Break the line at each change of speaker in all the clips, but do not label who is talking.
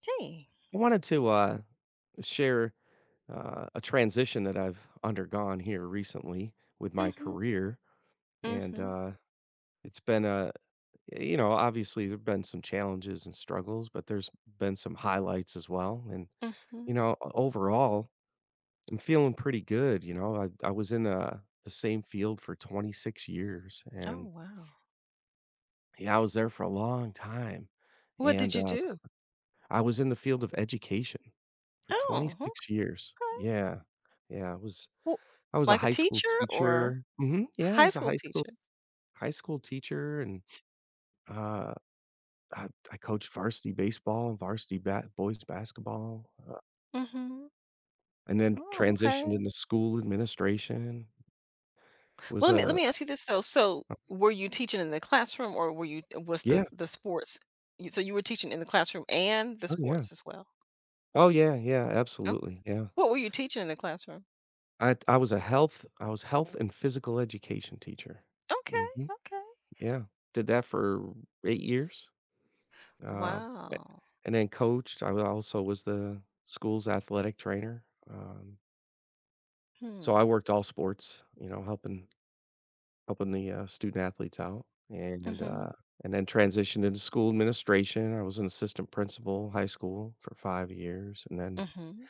Hey.
I wanted to share a transition that I've undergone here recently with my
Mhm.
career, and
Mhm.
it's been a obviously there've been some challenges and struggles, but there's been some highlights as well. And
Mhm.
overall, I'm feeling pretty good. I was in the same field for 26 years,
Oh,
and
wow.
yeah, I was there for a long time,
What
and
did you
uh, t-
do?
I was in the field of education for
Oh,
26 years.
okay.
Yeah. Yeah, it was
Well,
I was a
like a
high school
teacher or
teacher. Mhm, yeah, I
high
was a
school
high school
teacher?
high school teacher and, uh, I coached varsity baseball and varsity ba boys basketball,
Mhm.
and then
Oh,
transitioned
okay.
into school administration. Was
Well, let me let
a
me ask you this though. So, were you teaching in the classroom or were you was
Yeah,
the sports? So you were teaching in the classroom and the
oh, yeah.
sports as well.
Oh, yeah, yeah,
Okay.
absolutely, yeah.
What were you teaching in the classroom?
I was health and physical education teacher.
Okay.
Mhm,
Okay.
yeah. Did that for 8 years, uh, a
Wow.
and then coached. I also was the school's athletic trainer. um
Hmm.
So I worked all sports, helping the, student athletes out and, uh,
Mhm.
and then transitioned into school administration. I was an assistant principal, high school for 5 years,
Mhm.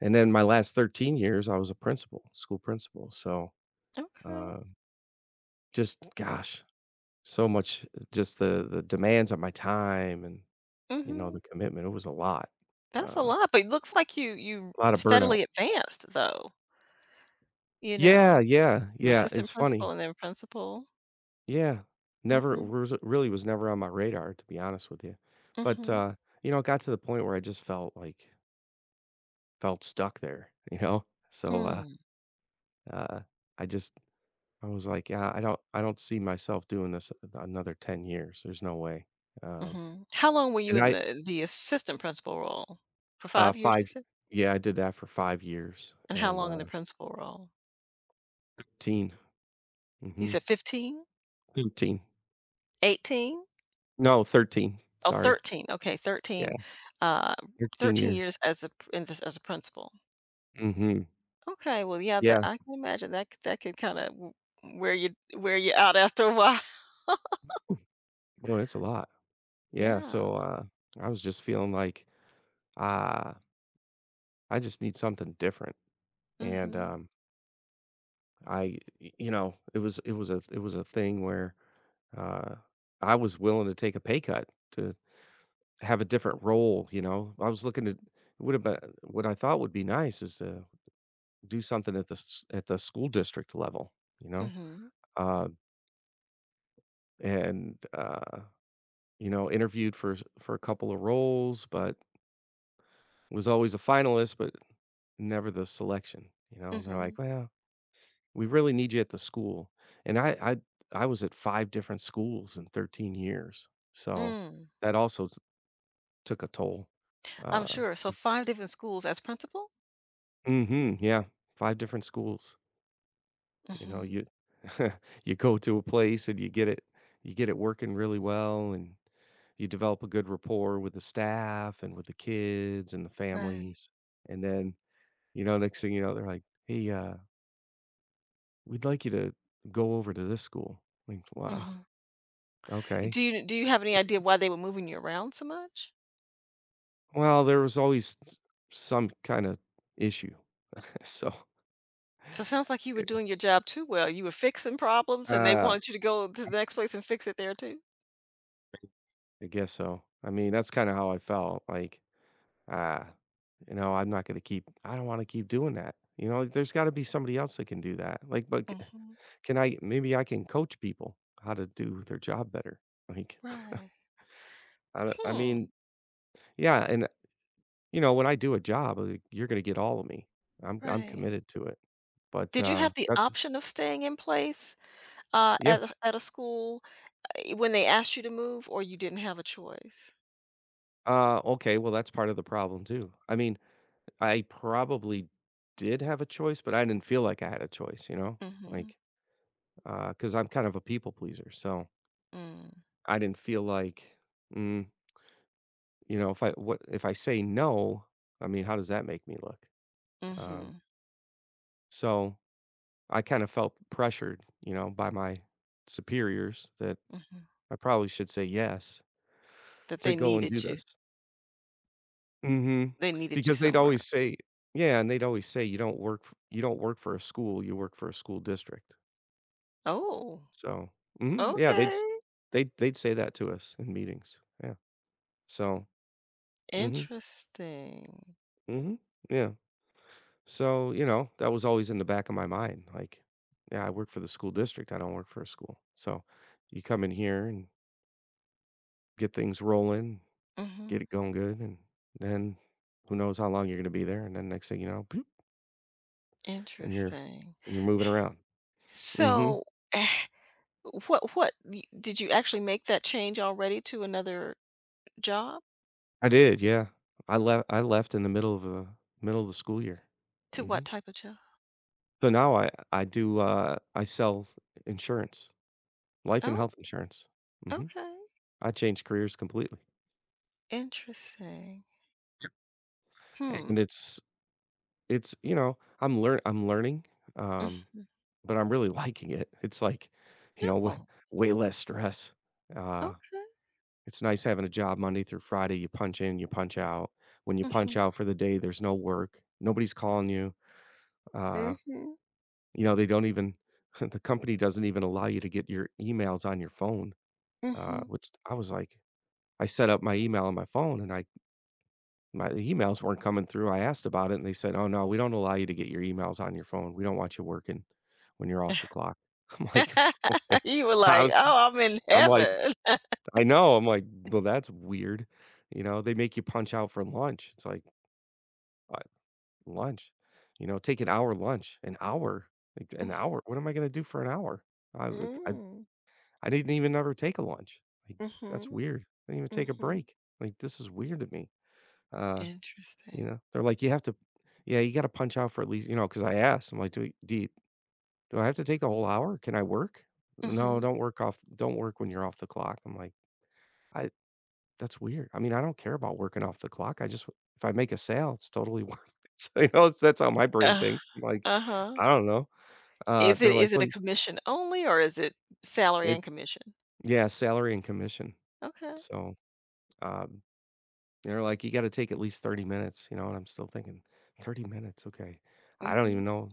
and then my last 13 years, I was a principal, school principal. So,
Okay.
uh, just gosh, so much just the demands on my time and,
Mhm.
the commitment. It was
That's a
uh,
lot, but it looks like you
a lot of burnout.
steadily advanced though, you
Yeah,
know,
yeah,
to
yeah,
assistant
it's funny.
principal and then principal.
Yeah. Never
Mhm.
was really, was never on my radar, to be honest with you. But,
Mhm.
it got to the point where I just felt, like, felt stuck there, you know? So,
Mm.
uh, I just I was like, "Yeah, I don't see myself doing this a another 10 years. There's no way." Um,
Mhm. How long were you
and
in
I
the assistant principal role? For 5 years, you
5,
said?
yeah, I did that for 5 years
And how
and,
long in the principal role?
13,
You
mhm,
said 15?
13.
18?
No, 13,
Oh,
sorry.
okay,
Yeah,
13, uh,
13
13
years.
years as a principal.
Mhm.
Okay, well, yeah, that
Yeah.
I can imagine that c that could kinda wear you wear you out after a while.
Well, it's a lot. Yeah,
Yeah.
so, I was just feeling like, ah, I just need something different, and,
Mhm.
I y it was a thing where, uh, I was willing to take a pay cut to have a different role, you know? I was looking at it would've been what I thought would be nice is to do something at the school district level, you know?
Mhm.
Uh, and, uh, interviewed for s for a couple of roles, but was always a finalist, but never the selection, and they're like,
Mhm.
"Well, we really need you at the school." And I was at 5 different schools in 13 years, so
Mm.
that also t took a toll.
I'm
Uh
sure. So 5 different schools as principal?
Mhm, yeah, 5 different schools,
Mhm.
you you go to a place and you get it working really well, and you develop a good rapport with the staff and with the kids and the
Right.
families, and then, next thing you know, they're like, "Hey, we'd like you to go over to this school. Like, wow,
Mhm.
okay.
Do you have any idea why they were moving you around so much?
Well, there was always some kind of issue. So,
So it sounds like you were doing your job too well. You were fixing problems and they
uh,
wanted you to go to the next place and fix it there too?
I guess so. I mean, that's kind of how I felt. Like, ah, I'm not going to keep, I don't want to keep doing that. Like, there's got to be somebody else that can do that. Like, but
Mhm.
can I, maybe I can coach people how to do their job better. Like,
Right.
I
Hmm.
mean, yeah. And when I do a job, you're gonna get all of me. I'm
Right.
committed to it. But,
Did you have the
that's
option of staying in place,
yeah.
at a school, when they asked you to move, or you didn't have a choice?
Okay, well, that's part of the problem too. I mean, I probably did have a choice, but I didn't feel like I had a choice, you know?
Mhm.
Like, because 'cause I'm kind of a people pleaser, so
Mm.
I didn't feel like, mm, if I what if I say no? I mean, how does that make me look? Um,
Mhm.
so I kinda felt pressured, by my superiors that
Mhm.
I probably should say yes.
That
To
they
go and do
needed you.
this. Mhm.
They needed you
Because they'd
somewhere.
always say Yeah, and they'd always say, "You don't work f you don't work for a school, you work for a school district."
Oh,
So Mhm, yeah, they'd s
okay.
they'd they'd say that to us in meetings. Yeah. So Mhm,
Interesting.
mhm, yeah. So, that was always in the back of my mind, like, "Yeah, I work for the school district, I don't work for a school." So, you come in here and get things rolling, get
Mhm.
it going good, and then who knows how long you're gonna be there, and then next thing you know. And you're
Interesting.
and you're moving around. Mhm.
So, eh, what y did you actually make that change already to another job?
I did, yeah. I left in the middle of the school year.
To what
Mhm.
type of job?
So now I sell insurance, life and
Oh,
health insurance. Mhm.
okay.
I changed careers completely.
Interesting.
And
Hmm.
it's, I'm learning, um,
Mhm.
but I'm really liking it. It's like, you know, w
Oh,
way less stress. Uh,
okay.
it's nice having a job Monday through Friday. You punch in, you punch out. When you punch
Mhm.
out for the day, there's no work. Nobody's calling you. Uh,
Mhm.
they don't even the company doesn't even allow you to get your emails on your phone,
Mhm.
which I was like I set up my email on my phone and I my emails weren't coming through. I asked about it and they said, "Oh, no, we don't allow you to get your emails on your phone. We don't want you working when you're off the clock." I'm like, "Okay."
You were
I
like,
was
"Oh, I'm in
I'm like,
heaven."
"I know." I'm like, "Well, that's weird." They make you punch out for lunch. It's like, "What? Lunch?" Take an hour lunch. An hour? Like, an
Mhm.
hour? What am I gonna do for an hour? I like
Mm.
I didn't even ever take a lunch. Like, that's
Mhm.
weird. I didn't even take a
Mhm.
break. Like, this is weird to me. Uh,
Interesting.
they're like, you have to, yeah, you got to punch out for at least, because I asked, I'm like, do I have to take the whole hour? Can I work? No,
Mhm.
don't work off, don't work when you're off the clock. I'm like, I, that's weird. I mean, I don't care about working off the clock. If I make a sale, it's totally worth it. So, that's how my brain
Uh,
thinks. I'm like,
uh-huh.
I don't know.
Is
They're
it
like,
is it a commission only or is it salary
it's,
and commission?
yeah, salary and commission.
Okay.
So, uh, they're like, "You gotta take at least 30 minutes," and I'm still thinking, "30 minutes, okay. I don't
Mhm.
even know.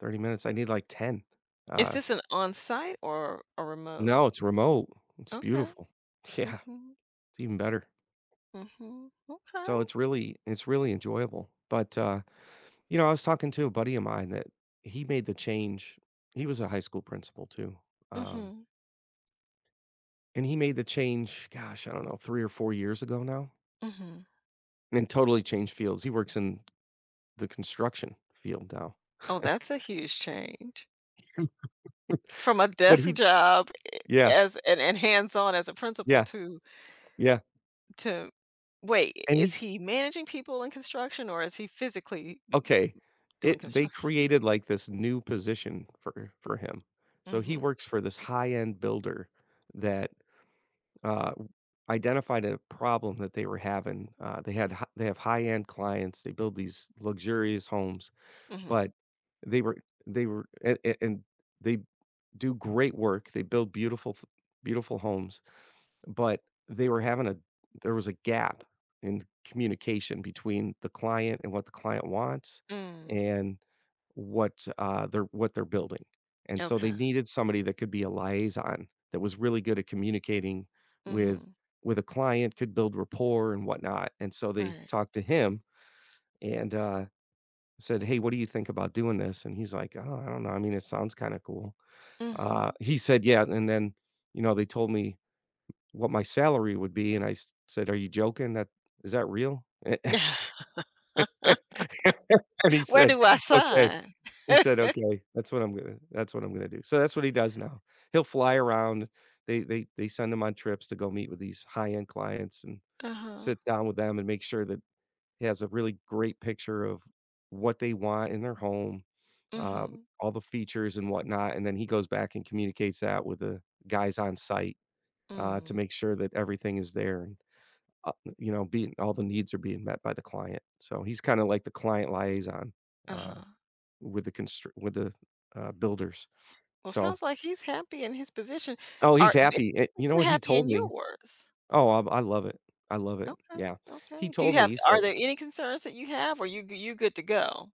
30 minutes, I need like 10."
Is
Uh,
this an on-site or a
no,
remote?
it's remote, it's
Okay.
beautiful. Yeah,
Mhm.
it's even better.
Mhm.
So
Okay.
it's really enjoyable, but, I was talking to a buddy of mine that he made the change he was a high school principal too, um,
Mhm.
and he made the change, gosh, I don't know, 3 or 4 years ago now,
Mhm.
and totally changed fields, he works in the construction field now.
Oh, that's a huge change from a
But
desk
he
job
yeah,
as and hands-on as a principal
yeah. Yeah,
to wait,
and
is
he
he managing people in construction or is he physically
okay,
doing
it they
construction?
created, like, this new position for him. So he
Mhm.
works for this high-end builder that, uh, identified a problem that they were having. They had hi they have high-end clients, they build these luxurious homes,
Mhm.
but they were they were a and they do great work, they build beautiful homes, but they were having a there was a gap in communication between the client and what the client wants
Mm.
and what they're building. And so they
Okay.
needed somebody that could be a liaison, that was really good at communicating with
Mhm.
with a client, could build rapport and whatnot. And so they
Right.
talked to him and, said, "Hey, what do you think about doing this?" And he's like, "Oh, I don't know. I mean, it sounds kinda cool."
Mhm.
He said, "Yeah," and then, they told me what my salary would be, and I s said, "Are you joking? That Is that real?" And he
Where
said,
do I
"Okay."
sign?
He said, "Okay, that's what I'm gonna do." So that's what he does now. He'll fly around. They send him on trips to go meet with these high-end clients and
Uh-huh.
sit down with them and make sure that he has a really great picture of what they want in their home,
Mhm.
all the features and whatnot, and then he goes back and communicates that with the guys on site, to
Mm.
make sure that everything is there. Uh, being all the needs are being met by the client. So he's kind of like the client liaison, uh,
Uh-huh.
with the builders.
Well,
So,
sounds like he's happy in his position.
oh,
Are
he's
it
happy.
sounds like
You know
you're
what he
happy
told
in
me?
yours?
Oh, I love it. I love it.
Okay,
Yeah, he
okay. Do
told
you
me.
have
He said,
are there any concerns that you have or you good to go?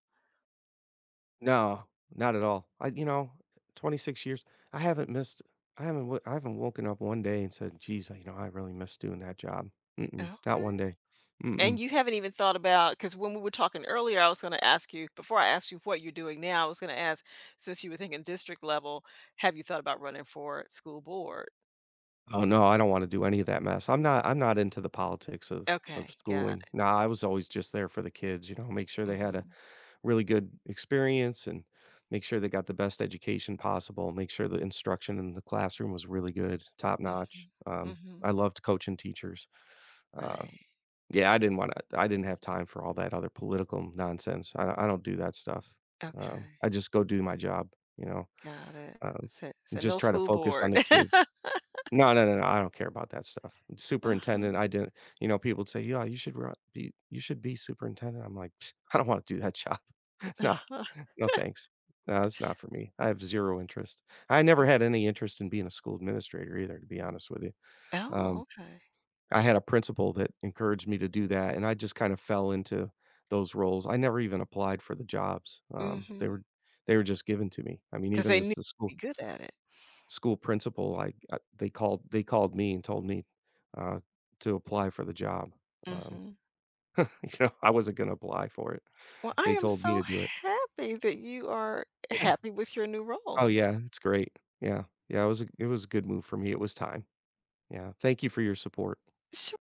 "No, not at all. 26 years. I haven't missed. I haven't. I haven't woken up one day and said, geez, you know, I really miss doing that job. Mm-mm,
Okay.
not one day. Mm-mm."
And you haven't even thought about because when we were talking earlier, I was gonna ask you before I asked you what you're doing now, I was gonna ask, since you were thinking district level, have you thought about running for school board?
Oh, no, I don't wanna do any of that mess. I'm not into the politics of
Okay, got
schooling.
it.
Nah, I was always just there for the kids, make sure they had a
Mhm.
really good experience and make sure they got the best education possible, make sure the instruction in the classroom was really good, top notch.
Mhm. Mhm.
I loved coaching teachers. Uh,
Right.
yeah, I didn't have time for all that other political nonsense. I don't do that stuff.
Okay.
I just go do my job, you know?
Got it.
Um,
So
and
so
just
no
try to
school
focus on
board.
the kids. No, no, no, no, I don't care about that stuff.
Uh-huh.
Superintendent, I didn't people would say, "Yeah, you should be superintendent." I'm like, "Pfft, I don't wanna do that job. No,
Uh-huh.
no thanks. No, it's not for me. I have 0 interest." I never had any interest in being a school administrator either, to be honest with you.
Oh,
Um,
okay.
I had a principal that encouraged me to do that, and I just kind of fell into those roles. I never even applied for the jobs.
Mhm.
They were just given to me. I mean,
Because
even
they
as
knew
the
you'd be good at it.
school principal, I they called me and told me, uh, to apply for the job. Um,
Mhm.
I wasn't gonna apply for it.
Well, I
They
am
told me to
so
do it.
happy that you are
Yeah.
happy with your new
Oh,
role.
yeah, it's great. Yeah. Yeah, it was a good move for me. It was time. Yeah. Thank you for your support.